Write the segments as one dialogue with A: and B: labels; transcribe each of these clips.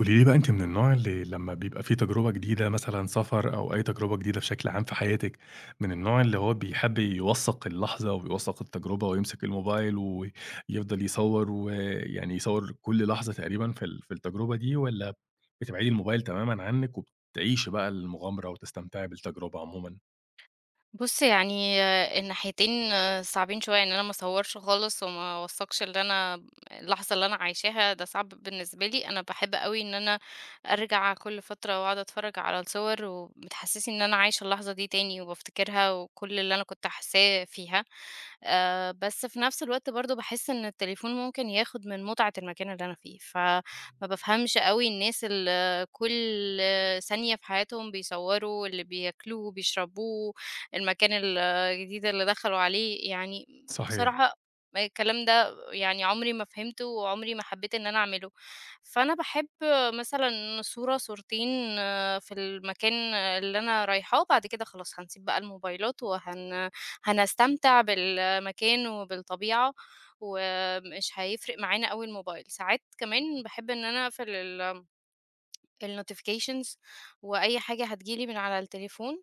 A: قولي لي بقى أنتِ من النوع اللي لمّا بيبقى في تجربة جديدة مثلًا سفر أو أي تجربة جديدة بشكل عام في حياتِك، من النوع اللي هو بيحب يوثّق اللحظة ويوثّق التجربة ويمسك الموبايل ويفضل يصوّر ويعني يصوّر كل لحظة تقريبًا في التجربة دي والّا بتبعدي الموبايل تمامًا عنِّك وبتعيشي بقى المغامرة وتستمتعي بالتجربة عمومًا؟
B: بُص يعني الناحيتين صعبين شوية، إن أنا ما اصوّرش خالص وما اوثّقش اللي أنا اللحظة اللي أنا عايشاها ده صعب بالنسبة لي. أنا باحب أوي إن أنا أرجع كل فترة وأقعد أتفرّج على الصور وبتحسّسني إن أنا عايشة اللحظة دي تاني وبافتكرها وكل اللي أنا كنت حاساه فيها. بس في نفس الوقت برضه باحس إن التليفون ممكن ياخُد من متعة المكان اللي أنا فيه، فما بافهمش أوي الناس اللي كل ثانية في حياتهم بيصوّروا اللي بياكلوه وبيشربوه المكان الجديد اللي دخلوا عليه. يعني
A: صحيح.
B: بصراحة ما الكلام ده يعني عمري ما فهمته، وعمري ما حبيت إن أنا أعمله. فأنا باحب مثلًا صورة، صورتين في المكان اللي أنا رايحاه، وبعد كده خلاص هنسيب بقى الموبايلات، هنستمتع بالمكان وبالطبيعة، ومش هيفرق معانا أوي الموبايل. ساعات كمان باحب إن أنا أقفل ال الnotifications وأي حاجة هتيجي لي من على التليفون،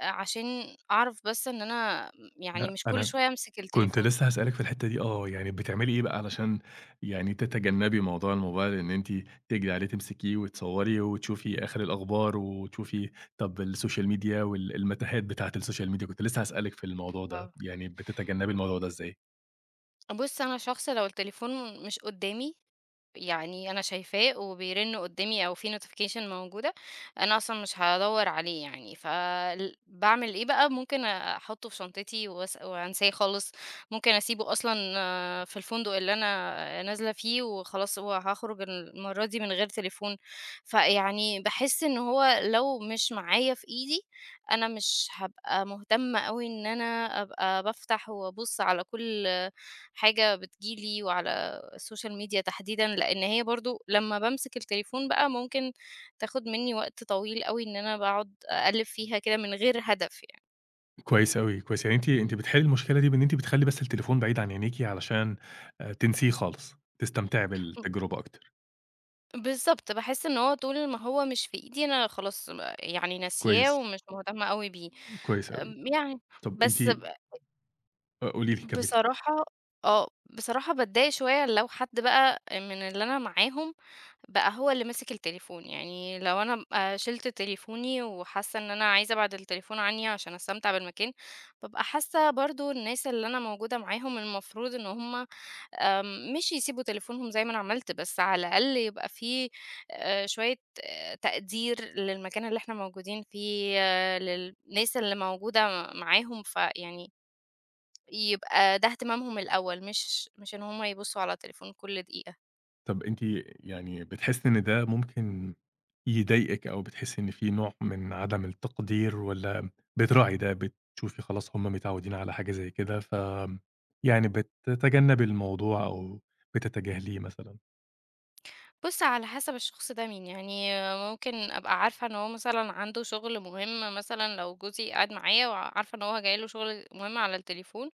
B: عشان أعرف بس إن أنا يعني
A: لأ
B: مش كل
A: أنا
B: شوية أمسك
A: كنت
B: التليفون.
A: لسه هاسألِك في الحتّة دي يعني بتعملي إيه بقى علشان يعني تتجنّبي موضوع الموبايل إن أنتِ تجري عليه تمسكيه وتصوّري وتشوفي آخر الأخبار وتشوفي طَب السوشيال ميديا وال المتاهات بتاعة السوشيال ميديا، كنت لسه هاسألِك في الموضوع ده،
B: آه.
A: يعني بتتجنّبي الموضوع ده إزاي؟
B: بُص أنا شخص لو التليفون مش قدّامي يعني أنا شايفاه وبيرن قدامي أو في notification موجودة، أنا أصلًا مش هادوّر عليه يعني. باعمل إيه بقى، ممكن أحطه في شنطتي وأنساه خالص، ممكن أسيبه أصلًا في الفندق اللي أنا نازلة فيه وخلاص وهاخرج المرة دي من غير تليفون. فيعني باحس إن هو لو مش معايا في إيدي، أنا مش هابقى مهتمة أوي إن أنا أبقى بافتح وأبُص على كل حاجة بتيجي لي وعلى السوشيال ميديا تحديدًا، لإن هي برضه لمّا بامسك التليفون بقى ممكن تاخد منّي وقت طويل أوي إن أنا باقعد أقلِّب فيها كده من غير هدف يعني.
A: كويس أوي، كويس، يعني أنتِ بتحلّي المشكلة دي بإن أنتِ بتخلّي بس التليفون بعيد عن عينيكِ علشان تنسيه خالص، تستمتعي
B: م
A: بالتجربة أكتر،
B: بالضبط، باحس إن هو طول ما هو مش في إيدي أنا خلاص يعني ناسياه
A: كويس،
B: ومش مهتمة أوي بيه.
A: كويس أوي.
B: آمم، يعني
A: طَب أنتِ
B: بس ب
A: آه، قولي لي، كمّلي.
B: بصراحة بصراحة باتضايق شوية لو حد بقى من اللي أنا معاهم بقى هو اللي ماسك التليفون. يعني لو أنا بابقى شِلت تليفوني وحاسة إن أنا عايزة أبعد التليفون عني عشان أستمتع بالمكان، بابقى حاسة برضه الناس اللي أنا موجودة معاهم المفروض إن هُم مش يسيبوا تليفونهم زي ما أنا عملت، بس على الأقل يبقى في شوية تقدير للمكان اللي إحنا موجودين فيه، للناس اللي موجودة معاهم، فيعني يبقى ده اهتمامهم الأول، مش إن هُم يبصوا على التليفون كل دقيقة.
A: طب أنتِ يعني بتحسّي إن ده ممكن يضايقِك أو بتحسّي إن في نوع من عدم التقدير والّا بتراعي ده، بتشوفي خلاص هم متعوّدين على حاجة زي كده ف يعني بتتجنّبي الموضوع أو بتتجاهليه مثلًا؟
B: بُص، على حسب الشخص ده مين، يعني ممكن أبقى عارفة إن هو مثلًا عنده شغل مهم مثلًا لو جوزي قاعد معايا وعارفة إن هو جاي له شغل مهم على التليفون،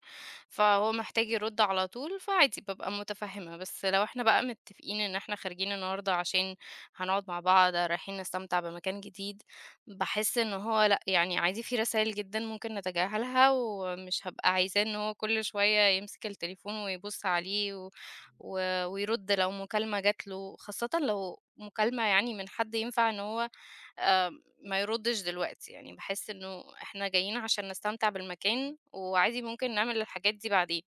B: فهو محتاج يرُد على طول، فعادي بابقى متفهمة. بس لو إحنا بقى متفقين إن إحنا خارجين النهارده عشان هنقعد مع بعض، رايحين نستمتع بمكان جديد، باحس إن هو لأ، يعني عادي في رسايل جدًا ممكن نتجاهلها، ومش هابقى عايزاه إن هو كل شوية يمسك التليفون ويبُص عليه و ويرُد لو مكالمة جات له، خاصةً لو مكالمة يعني من حد ينفع إن هو آآ ما يردش دلوقتي. يعني باحس إنه إحنا جايين عشان نستمتع بالمكان، وعادي ممكن نعمل الحاجات دي بعدين.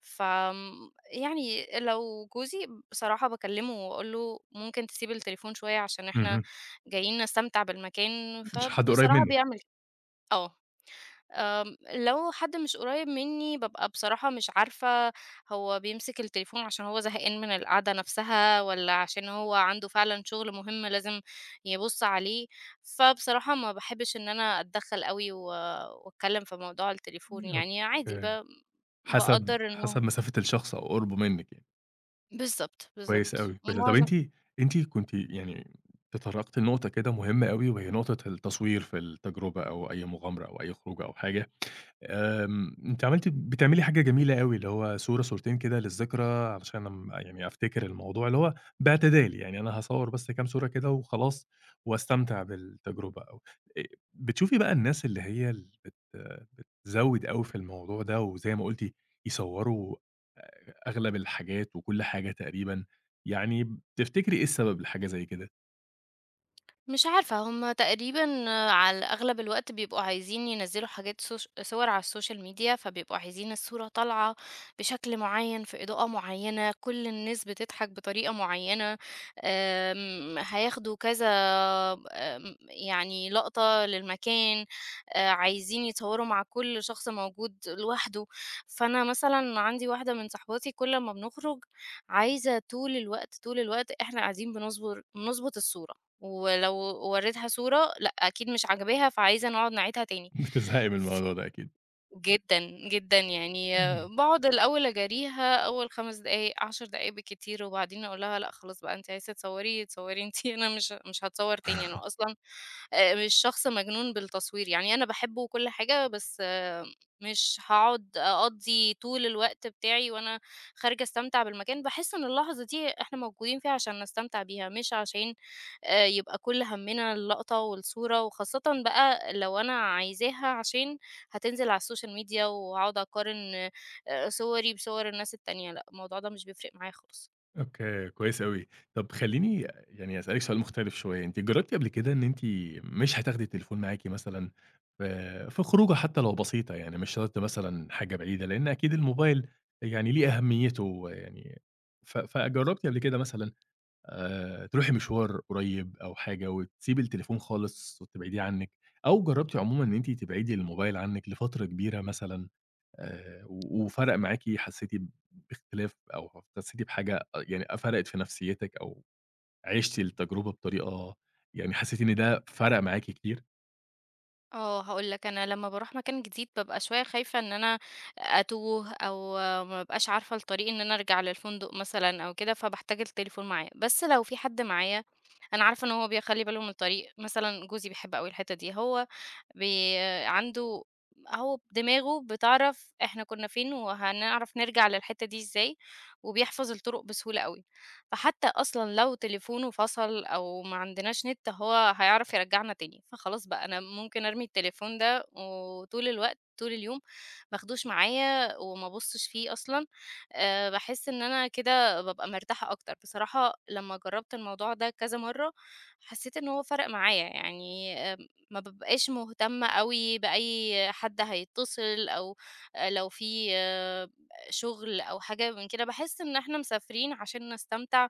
B: يعني لو جوزي بصراحة باكلمه وأقول له ممكن تسيب التليفون شوية عشان إحنا
A: اهم.
B: جايين نستمتع بالمكان،
A: مش حد قريّب
B: فبصراحة
A: منِّك.
B: بيعمل آه. لو حد مش قريب مني بابقى بصراحة مش عارفة هو بيمسك التليفون عشان هو زهقان من القعدة نفسها والّا عشان هو عنده فعلًا شغل مهم لازم يبُص عليه، فبصراحة ما باحبش إن أنا أتدخّل أوي وأتكلّم في موضوع التليفون. يعني عادي
A: أوكي. حسب
B: باقدّر
A: حسب
B: إنه
A: مسافة الشخص أو قُربه منِّك يعني.
B: بالضبط،
A: كويس
B: بالضبط.
A: أوي، كويس أوي. طب أنتِ كنتِ يعني تطرّقتِ لنقطة كده مهمة أوي وهي نقطة التصوير في التجربة أو أي مغامرة أو أي خروجة أو حاجة. آمم، أنتِ بتعملي حاجة جميلة أوي، اللي هو صورة، صورتين كده للذكرى علشان يعني أفتكر الموضوع، اللي هو باعتدال، يعني أنا هاصوّر بس كام صورة كده وخلاص وأستمتع بالتجربة أو آآ، بتشوفي بقى الناس اللي هي ال بت بتزوِّد أوي في الموضوع ده، وزي ما قُلتِ يصوّروا أغلب الحاجات وكل حاجة تقريبًا، يعني تفتكري إيه السبب لحاجة زي كده؟
B: مش عارفة هم تقريبًا على أغلب الوقت بيبقوا عايزين ينزّلوا حاجات سوش صور على السوشيال ميديا، فبيبقوا عايزين الصورة طالعة بشكل معيّن، في إضاءة معيّنة، كل الناس بتضحك بطريقة معيّنة. هياخدوا كذا آمم، يعني لقطة للمكان، عايزين يتصوروا مع كل شخص موجود لوحده. فأنا مثلًا عندي واحدة من صاحباتي كل ما بنخرج عايزة طول الوقت، طول الوقت إحنا قاعدين بنظبط الصورة، ولو وريتها صورة لأ أكيد مش عاجباها فعايزة نقعد نعيدها تاني.
A: بتزهقي من الموضوع ده أكيد.
B: جدًا، جدًا، يعني باقعد الأول أجاريها أول 5 دقايق، 10 دقايق بالكتير، وبعدين أقول لها لأ خلاص بقى أنتِ عايزة تصوّري تصوّري أنتِ. أنا مش هاتصوّر تاني. أنا أصلًا مش شخص مجنون بالتصوير، يعني أنا باحبه وكل حاجة، بس آه، مش هاقعد أقضّي طول الوقت بتاعي وأنا خارجة أستمتع بالمكان. باحس إن اللحظة دي إحنا موجودين فيها عشان نستمتع بيها، مش عشان يبقى كل هَمّنا اللقطة والصورة، وخاصةً بقى لو أنا عايزاها عشان هتنزل على السوشيال ميديا وهاقعد أقارن صوري بصور الناس التانية. لأ، الموضوع ده مش بيفرق معايا خالص.
A: أوكي، كويس أوي. طب خلّيني يعني أسألِك سؤال مختلف شوية، أنتِ جرّبتِ قبل كده إن أنتِ مش هتاخدي التليفون معاكِ مثلًا في خروجة حتى لو بسيطة، يعني مش شرط مثلًا حاجة بعيدة، لإن أكيد الموبايل يعني ليه أهميته يعني فجرّبتِ قبل كده مثلًا تروحي مشوار قريب أو حاجة وتسيبي التليفون خالص وتبعديه عنِّك، أو جرّبتِ عمومًا إن أنتِ تبعدي الموبايل عنِّك لفترة كبيرة مثلًا؟ و وفرق معاكِ حسيتِ باختلاف أو حسيتِ بحاجة يعني فرقت في نفسيتِك أو عِشتِ التجربة بطريقة يعني حسيتِ إن ده فرق معاكِ كتير؟
B: آه، هاقول لك أنا لمّا باروح مكان جديد بابقى شوية خايفة إن أنا أتوه أو ما ابقاش عارفة الطريق إن أنا أرجع للفندق مثلًا أو كده، فباحتاج التليفون معايا. بس لو في حد معايا أنا عارفة إن هو بيخلّي باله من الطريق، مثلًا جوزي بيحب أوي الحتة دي. هو بي عنده هو دماغه بتعرف إحنا كنا فين وهنعرف نرجع للحتّة دي إزاي، وبيحفظ الطرق بسهولة أوي. فحتى أصلًا لو تليفونه فصل أو ما عندناش نت هو هيعرف يرجّعنا تاني، فخلاص بقى أنا ممكن أرمي التليفون ده وطول الوقت، طول اليوم ما اخدوش معايا وما ابُصّش فيه أصلًا. باحس إن أنا كده بابقى مرتاحة أكتر. بصراحة لمّا جرّبت الموضوع ده كذا مرّة، حسّيت إن هو فرَق معايا. يعني ما بابقاش مهتمة أوي بأي حد هيتصل أو لو في شغل أو حاجة من كده. باحس إن إحنا مسافرين عشان نستمتع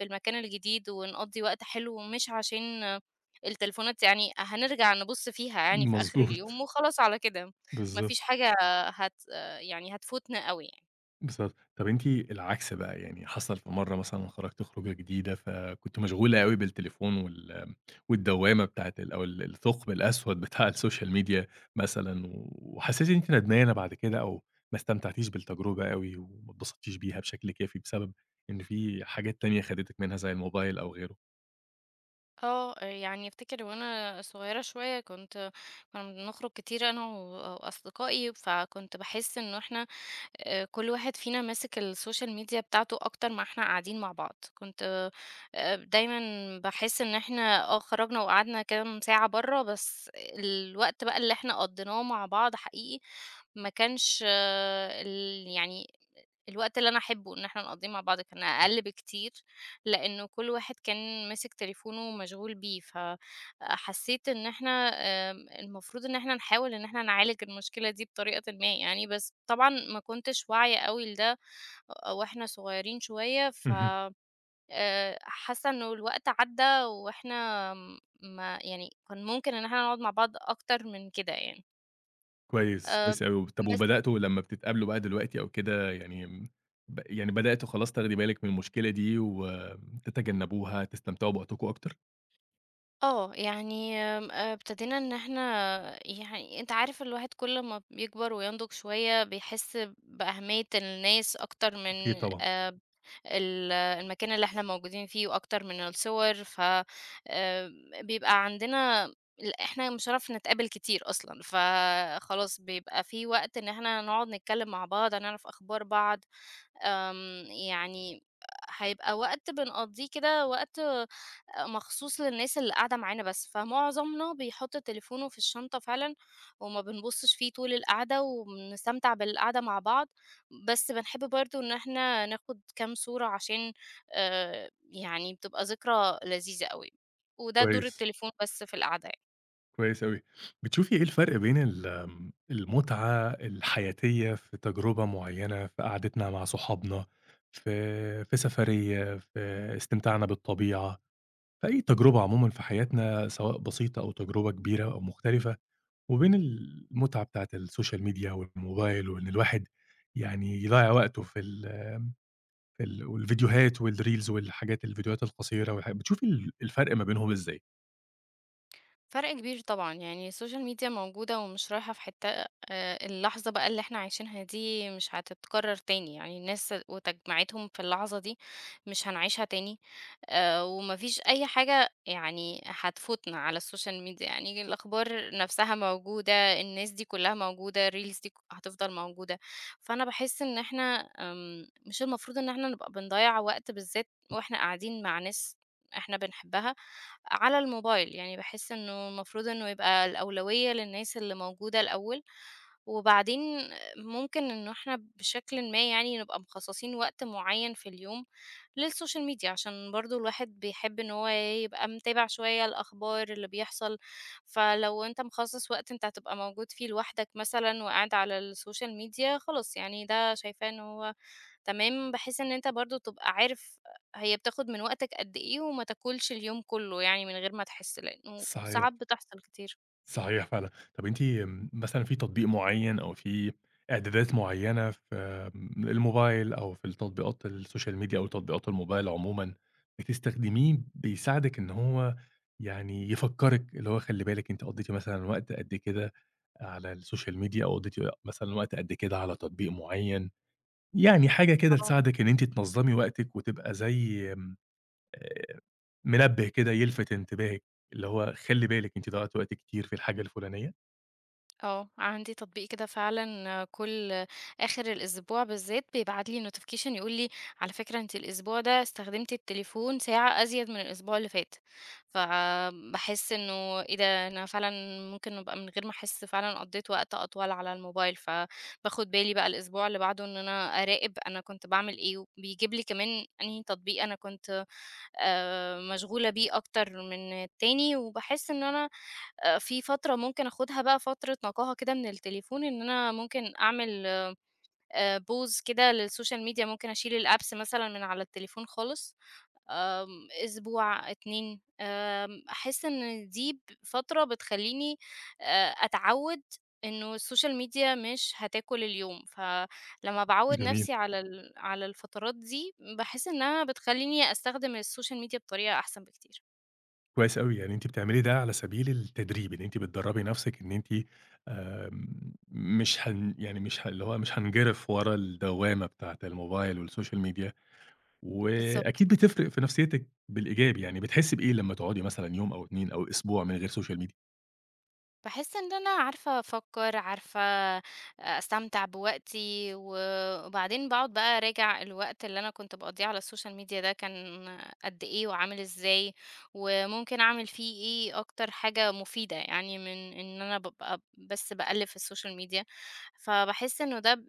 B: بالمكان الجديد ونقضّي وقت حلو، مش عشان آه، التليفونات يعني هنرجع نبُص فيها يعني في آخر اليوم
A: مضبوط،
B: وخلاص على كده. ما
A: بالضبط.
B: فيش حاجة هت آه، يعني هتفوتنا أوي يعني.
A: بالضبط. طب أنتِ العكس بقى، يعني حصل في مرّة مثلًا خرجتِ خروجة جديدة، فكنتِ مشغولة أوي بالتليفون والدوّامة بتاعة ال أو ال الثُقب الأسود بتاع السوشيال ميديا مثلًا، وحسيتِ إن أنتِ ندمانة بعد كده أو ما استمتعتيش بالتجربة أوي وما اتبسطتيش بيها بشكل كافي بسبب إن في حاجات تانية خدتِك منها زي الموبايل أو غيره.
B: يعني افتكر وانا صغيرة شوية كنت كنا بنخرج كتير انا واصدقائي فكنت بحس انه احنا كل واحد فينا ماسك السوشيال ميديا بتاعته اكتر ما احنا قاعدين مع بعض. كنت دايما بحس ان احنا خرجنا وقعدنا كام ساعة بره، بس الوقت بقى اللي احنا قضيناه مع بعض حقيقي ما كانش يعني الوقت اللي أنا أحبه إن إحنا نقضّيه مع بعض كان أقل بكتير، لإنه كل واحد كان ماسك تليفونه ومشغول بيه. فحسيت إن إحنا المفروض إن إحنا نحاول إن إحنا نعالج المشكلة دي بطريقةٍ ما يعني، بس طبعًا ما كنتش واعية أوي لده وإحنا صغيرين شوية، ف
A: اهم،
B: حاسة إنه الوقت عدّى وإحنا ما يعني كان ممكن إن إحنا نقعد مع بعض أكتر من كده يعني.
A: كويس،
B: آآ،
A: كويس أوي. طَب
B: بس
A: وبدأتوا لمّا بتتقابلوا بقى دلوقتي أو كده يعني م ب يعني بدأتوا خلاص تاخدي بالِك من المشكلة دي وتتجنبوها، تستمتعوا بوقتكم أكتر؟
B: يعني آمم، ابتدينا إن إحنا يعني أنت عارف الواحد كل ما بيكبر وينضج شوية بيحس بأهمية الناس أكتر
A: أكيد
B: من
A: طبعًا،
B: ال المكان اللي إحنا موجودين فيه وأكتر من الصور. ف آآ، بيبقى عندنا إحنا مش هنعرف نتقابل كتير أصلًا، فخلاص بيبقى في وقت إن إحنا نقعد نتكلم مع بعض، هنعرف أخبار بعض. يعني هيبقى وقت بنقضيه كده، وقت آه، مخصوص للناس اللي قاعدة معانا بس، فمعظمنا بيحط تليفونه في الشنطة فعلًا وما بنبُصّش فيه طول القعدة وبنستمتع بالقعدة مع بعض. بس بنحب برضه إن إحنا ناخد كام صورة عشان يعني بتبقى ذكرى لذيذة أوي، وده دور
A: كويس.
B: التليفون بس في القعدة يعني.
A: كويس أوي. بتشوفي إيه الفرق بين ال آمم، المتعة الحياتية في تجربة معيّنة، في قعدتنا مع صحابنا، في سفرية، في استمتاعنا بالطبيعة، في أي تجربة عمومًا في حياتنا سواء بسيطة أو تجربة كبيرة أو مختلفة، وبين المتعة بتاعة السوشيال ميديا والموبايل وإن الواحد يعني يضيّع وقته في والفيديوهات والreels والحاجات الفيديوهات القصيرة والحاجات بتشوفي الفرق ما بينهم إزاي؟
B: فرق كبير طبعًا، يعني السوشيال ميديا موجودة ومش رايحة في حتة. اللحظة بقى اللي إحنا عايشينها دي مش هتتكرر تاني، يعني الناس وتجميعتهم في اللحظة دي مش هنعيشها تاني. وما فيش أي حاجة يعني هتفوتنا على السوشيال ميديا، يعني الأخبار نفسها موجودة، الناس دي كلها موجودة، الreels دي هتفضل موجودة. فأنا باحس إن إحنا مش المفروض إن إحنا نبقى بنضيّع وقت بالذات وإحنا قاعدين مع ناس إحنا بنحبها على الموبايل. يعني باحس إنه المفروض إنه يبقى الأولوية للناس اللي موجودة الأول، وبعدين ممكن إنه إحنا بشكلٍ ما يعني نبقى مخصصين وقت معين في اليوم للسوشيال ميديا، عشان برضه الواحد بيحب إن هو يبقى متابع شوية الأخبار اللي بيحصل. فلو أنت مخصص وقت أنت هتبقى موجود فيه لوحدك مثلًا وقاعد على السوشيال ميديا خلاص، يعني ده شايفاه إن هو تمام، بحيث إن أنت برضه تبقى عارف هي بتاخد من وقتك قد إيه وما تاكلش اليوم كله يعني من غير ما تحس، لإنه ساعات
A: صحيح.
B: بتحصل كتير.
A: صحيح فعلًا. طب أنتِ آمم، مثلًا في تطبيق معيّن أو في إعدادات معيّنة في آمم، الموبايل أو في التطبيقات السوشيال ميديا أو تطبيقات الموبايل عمومًا، بتستخدميه بيساعدِك إن هو يعني يفكّرِك، اللي هو خلّي بالِك أنتِ قضّيتِ مثلًا وقت قد كده على السوشيال ميديا أو قضّيتِ مثلًا وقت قد كده على تطبيق معيّن، يعني حاجة كده
B: آه.
A: تساعدِك إن أنتِ تنظّمي وقتِك وتبقى زي آمم، آآ، منبه كده يلفت انتباهِك، اللي هو خلّي بالِك أنتِ ضيّعتِ وقت كتير في الحاجة الفُلانية؟
B: آه، عندي تطبيق كده فعلًا كل آخر الأسبوع بالذات بيبعت لي notification يقول لي على فكرة أنتِ الأسبوع ده استخدمتِ التليفون ساعة أزيد من الأسبوع اللي فات. فباحس إنه إيه ده، أنا فعلًا ممكن أبقى من غير ما أحس فعلًا قضيت وقت أطول على الموبايل. فباخد بالي بقى الأسبوع اللي بعده إن أنا أراقب أنا كنت باعمل إيه، وبيجيب لي كمان أنهي تطبيق أنا كنت مشغولة بيه أكتر من التاني. وباحس إن أنا في فترة ممكن آخُدها بقى فترة نقاهة كده من التليفون، إن أنا ممكن أعمل pause كده للسوشيال ميديا، ممكن أشيل الapps مثلًا من على التليفون خالص. آمم، أسبوع، 2 أحس إن دي فترة بتخلّيني أتعوّد إنه الsocial media مش هتاكل اليوم، فلمّا باعوّد
A: جميل،
B: نَفْسي على على الفترات دي باحس إنها بتخلّيني أستخدم الsocial media بطريقة أحسن بكتير.
A: كويس أوي، يعني أنتِ بتعملي ده على سبيل التدريب، إن أنتِ بتدرّبي نفسِك إن أنتِ آمم، مش هن يعني مش ه اللي هو مش هانجرف ورا الدوّامة بتاعة الموبايل والسوشيال ميديا،
B: بالضبط.
A: وأكيد بتفرق في نفسيتِك بالإيجاب، يعني بتحسي بإيه لمّا تقعدي مثلًا يوم أو 2 أو أسبوع من غير سوشيال ميديا؟
B: باحس إن أنا عارفة أفكّر، عارفة آه، أستمتع بوقتي، و وبعدين باقعد بقى أراجع الوقت اللي أنا كنت باقضّيه على السوشيال ميديا ده كان قد إيه وعامل إزاي، وممكن أعمل فيه إيه أكتر حاجة مفيدة يعني من إن أنا بابقى بس باقلِّب في السوشيال ميديا. فباحس إنه ده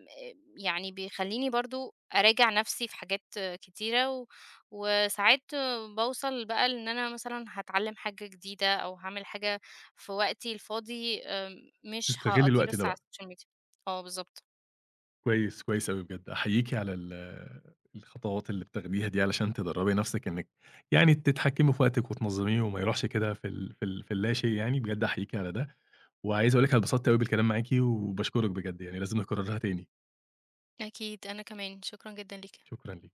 B: يعني بيخلّيني برضه أراجع نَفْسي في حاجات كتيرة، وساعات باوصل بقى لإن أنا مثلًا هاتعلّم حاجة جديدة أو هاعمل حاجة في وقتي الفاضي، مش
A: تستغلي
B: هاقضّيه
A: الوقت
B: بس
A: ده
B: على
A: بقى.
B: السوشيال ميديا. آه، بالضبط.
A: كويس، كويس أوي بجد، أحييكِ على الخطوات اللي بتاخديها دي علشان تدرّبي نفسِك إنِّك يعني تتحكمي في وقتِك وتنظميه وما يروحش كده في اللاشيء يعني، بجد أحييكِ على ده، وعايز أقول لِك أنا اتبسطت أوي بالكلام معاكِ وباشكرِك بجد يعني، لازم نكررها تاني،
B: أكيد، أنا كمان، شكرًا جدًا ليكِ.
A: شكرًا ليكِ.